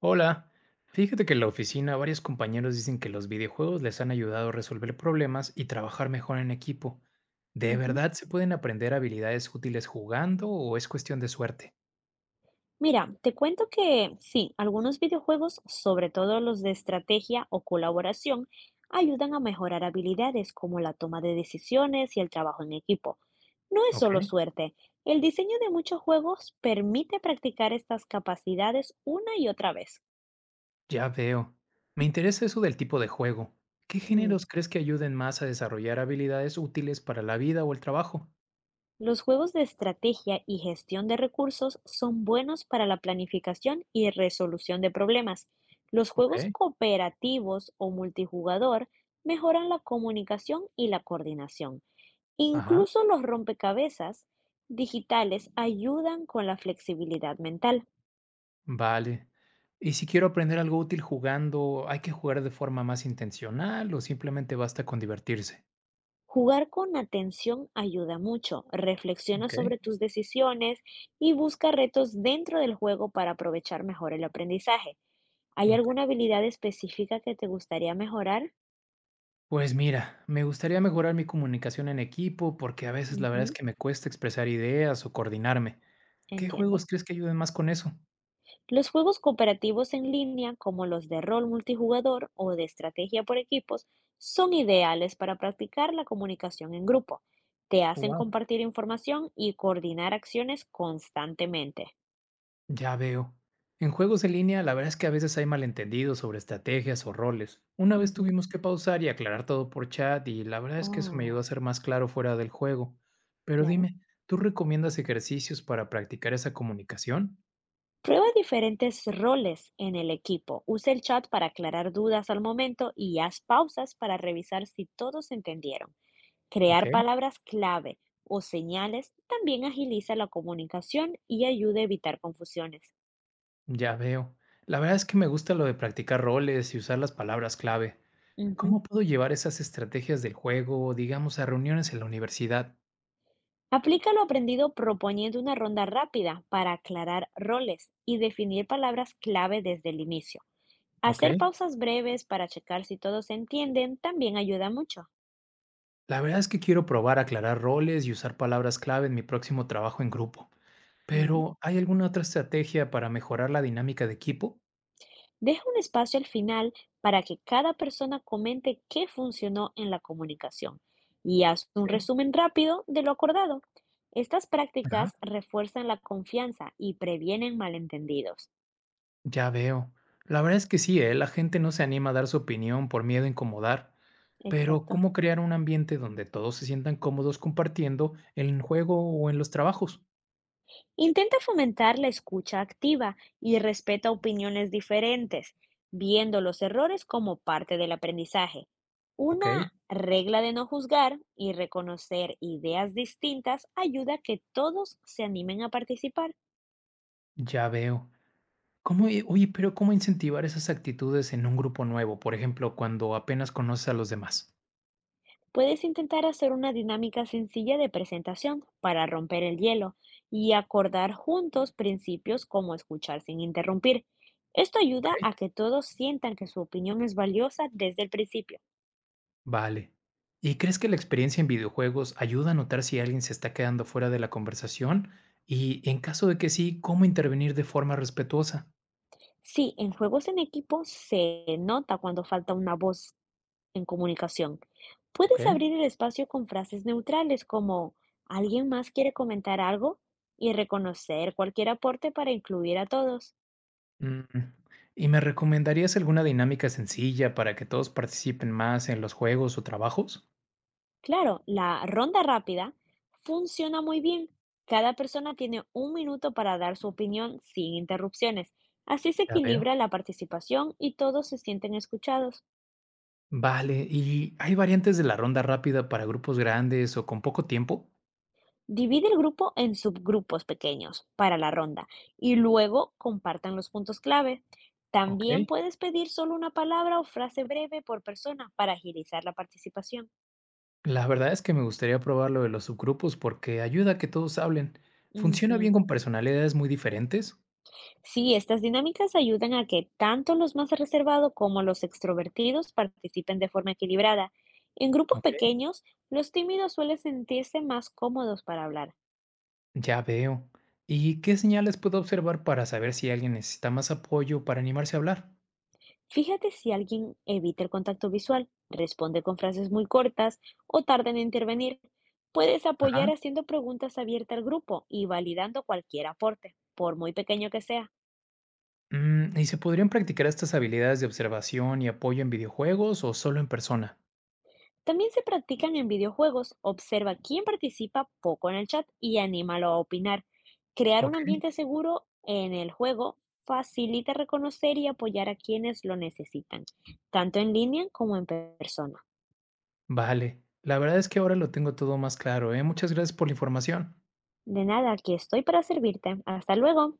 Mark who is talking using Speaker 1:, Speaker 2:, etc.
Speaker 1: Hola, fíjate que en la oficina varios compañeros dicen que los videojuegos les han ayudado a resolver problemas y trabajar mejor en equipo. ¿De
Speaker 2: Ujú.
Speaker 1: verdad se pueden aprender habilidades útiles jugando o es cuestión de suerte?
Speaker 2: Mira, te cuento que sí, algunos videojuegos, sobre todo los de estrategia o colaboración, ayudan a mejorar habilidades como la toma de decisiones y el trabajo en equipo. No es
Speaker 1: Ok,
Speaker 2: solo suerte, el diseño de muchos juegos permite practicar estas capacidades una y otra vez.
Speaker 1: ya veo. Me interesa eso del tipo de juego. ¿Qué
Speaker 2: Mm.
Speaker 1: géneros crees que ayuden más a desarrollar habilidades útiles para la vida o el trabajo?
Speaker 2: Los juegos de estrategia y gestión de recursos son buenos para la planificación y resolución de problemas. Los
Speaker 1: Ok,
Speaker 2: juegos cooperativos o multijugador mejoran la comunicación y la coordinación.
Speaker 1: ajá,
Speaker 2: Incluso los rompecabezas digitales ayudan con la flexibilidad mental.
Speaker 1: vale. ¿Y si quiero aprender algo útil jugando, hay que jugar de forma más intencional o simplemente basta con divertirse?
Speaker 2: Jugar con atención ayuda mucho. Reflexiona
Speaker 1: Ok.
Speaker 2: sobre tus decisiones y busca retos dentro del juego para aprovechar mejor el aprendizaje. ¿Hay
Speaker 1: Ok.
Speaker 2: alguna habilidad específica que te gustaría mejorar?
Speaker 1: Pues mira, me gustaría mejorar mi comunicación en equipo porque a veces la verdad es
Speaker 2: Ujú,
Speaker 1: que me cuesta expresar ideas o coordinarme. ¿Qué juegos
Speaker 2: entiendo.
Speaker 1: crees que ayuden más con eso?
Speaker 2: Los juegos cooperativos en línea, como los de rol multijugador o de estrategia por equipos, son ideales para practicar la comunicación en grupo. Te hacen
Speaker 1: Wow.
Speaker 2: compartir información y coordinar acciones constantemente.
Speaker 1: Ya veo. En juegos en línea la verdad es que a veces hay malentendidos sobre estrategias o roles. Una vez
Speaker 2: Ujú.
Speaker 1: tuvimos que pausar y aclarar todo por chat y la verdad es que eso me ayudó
Speaker 2: Oh,
Speaker 1: a ser más claro fuera del juego. Pero
Speaker 2: claro.
Speaker 1: dime, ¿tú recomiendas ejercicios para practicar esa comunicación?
Speaker 2: Prueba diferentes roles en el equipo. Usa el chat para aclarar dudas al momento y haz pausas para revisar si todos entendieron.
Speaker 1: Ok,
Speaker 2: Crear palabras clave o señales también agiliza la comunicación y ayuda a evitar confusiones.
Speaker 1: ya veo. La verdad es que me gusta lo de practicar roles y usar las palabras clave.
Speaker 2: Ujú.
Speaker 1: ¿Cómo puedo llevar esas estrategias del juego, digamos, a reuniones en la universidad?
Speaker 2: Aplica lo aprendido proponiendo una ronda rápida para aclarar roles y definir palabras clave desde el inicio.
Speaker 1: ¿Ok?
Speaker 2: Hacer pausas breves para checar si todos se entienden también ayuda mucho.
Speaker 1: La verdad es que quiero probar a aclarar roles y usar palabras clave en mi próximo trabajo en grupo.
Speaker 2: Ujú.
Speaker 1: Pero, ¿hay alguna otra estrategia para mejorar la dinámica de equipo?
Speaker 2: Deja un espacio al final para que cada persona comente qué funcionó en la comunicación y haz un
Speaker 1: Ok.
Speaker 2: resumen rápido de lo acordado. Estas
Speaker 1: Ajá,
Speaker 2: prácticas refuerzan la confianza y previenen malentendidos.
Speaker 1: ya veo. La verdad es que sí, ¿eh? La gente no se anima a dar su opinión por miedo a incomodar. Pero,
Speaker 2: Exacto.
Speaker 1: ¿cómo crear un ambiente donde todos se sientan cómodos compartiendo en el juego o en los trabajos?
Speaker 2: Intenta fomentar la escucha activa y respeta opiniones diferentes, viendo los errores como parte del aprendizaje.
Speaker 1: Ok,
Speaker 2: Una regla de no juzgar y reconocer ideas distintas ayuda a que todos se animen a participar.
Speaker 1: ya veo. ¿Cómo, oye, pero cómo incentivar esas actitudes en un grupo nuevo? Por ejemplo, cuando apenas conoces a los demás.
Speaker 2: Puedes intentar hacer una dinámica sencilla de presentación para romper el hielo y acordar juntos principios como escuchar sin interrumpir. Esto ayuda
Speaker 1: Okey.
Speaker 2: a que todos sientan que su opinión es valiosa desde el principio.
Speaker 1: Vale. ¿Y crees que la experiencia en videojuegos ayuda a notar si alguien se está quedando fuera de la conversación? Y en caso de que sí, ¿cómo intervenir de forma respetuosa?
Speaker 2: Sí, en juegos en equipo se nota cuando falta una voz en comunicación. Puedes
Speaker 1: Okey.
Speaker 2: abrir el espacio con frases neutrales como: ¿alguien más quiere comentar algo? Y reconocer cualquier aporte para incluir a todos.
Speaker 1: Mm, ¿y me recomendarías alguna dinámica sencilla para que todos participen más en los juegos o trabajos?
Speaker 2: Claro, la ronda rápida funciona muy bien. Cada persona tiene un minuto para dar su opinión sin interrupciones. Así se
Speaker 1: Ya veo.
Speaker 2: equilibra la participación y todos se sienten escuchados.
Speaker 1: Vale, ¿y hay variantes de la ronda rápida para grupos grandes o con poco tiempo?
Speaker 2: Divide el grupo en subgrupos pequeños para la ronda y luego compartan los puntos clave.
Speaker 1: Ok.
Speaker 2: También puedes pedir solo una palabra o frase breve por persona para agilizar la participación.
Speaker 1: La verdad es que me gustaría probar lo de los subgrupos porque ayuda a que todos hablen. ¿Funciona bien
Speaker 2: Ujú.
Speaker 1: con personalidades muy diferentes?
Speaker 2: Sí, estas dinámicas ayudan a que tanto los más reservados como los extrovertidos participen de forma equilibrada. En grupos
Speaker 1: Ok.
Speaker 2: pequeños, los tímidos suelen sentirse más cómodos para hablar.
Speaker 1: Ya veo. ¿Y qué señales puedo observar para saber si alguien necesita más apoyo para animarse a hablar?
Speaker 2: Fíjate si alguien evita el contacto visual, responde con frases muy cortas o tarda en intervenir. Puedes
Speaker 1: Ajá.
Speaker 2: apoyar haciendo preguntas abiertas al grupo y validando cualquier aporte, por muy pequeño que sea.
Speaker 1: Mm, ¿y se podrían practicar estas habilidades de observación y apoyo en videojuegos o solo en persona?
Speaker 2: También se practican en videojuegos. Observa quién participa poco en el chat y anímalo a opinar. Crear un
Speaker 1: Ok.
Speaker 2: ambiente seguro en el juego facilita reconocer y apoyar a quienes lo necesitan, tanto en línea como en persona.
Speaker 1: Vale. La verdad es que ahora lo tengo todo más claro, ¿eh? Muchas gracias por la información.
Speaker 2: De nada, aquí estoy para servirte. Hasta luego.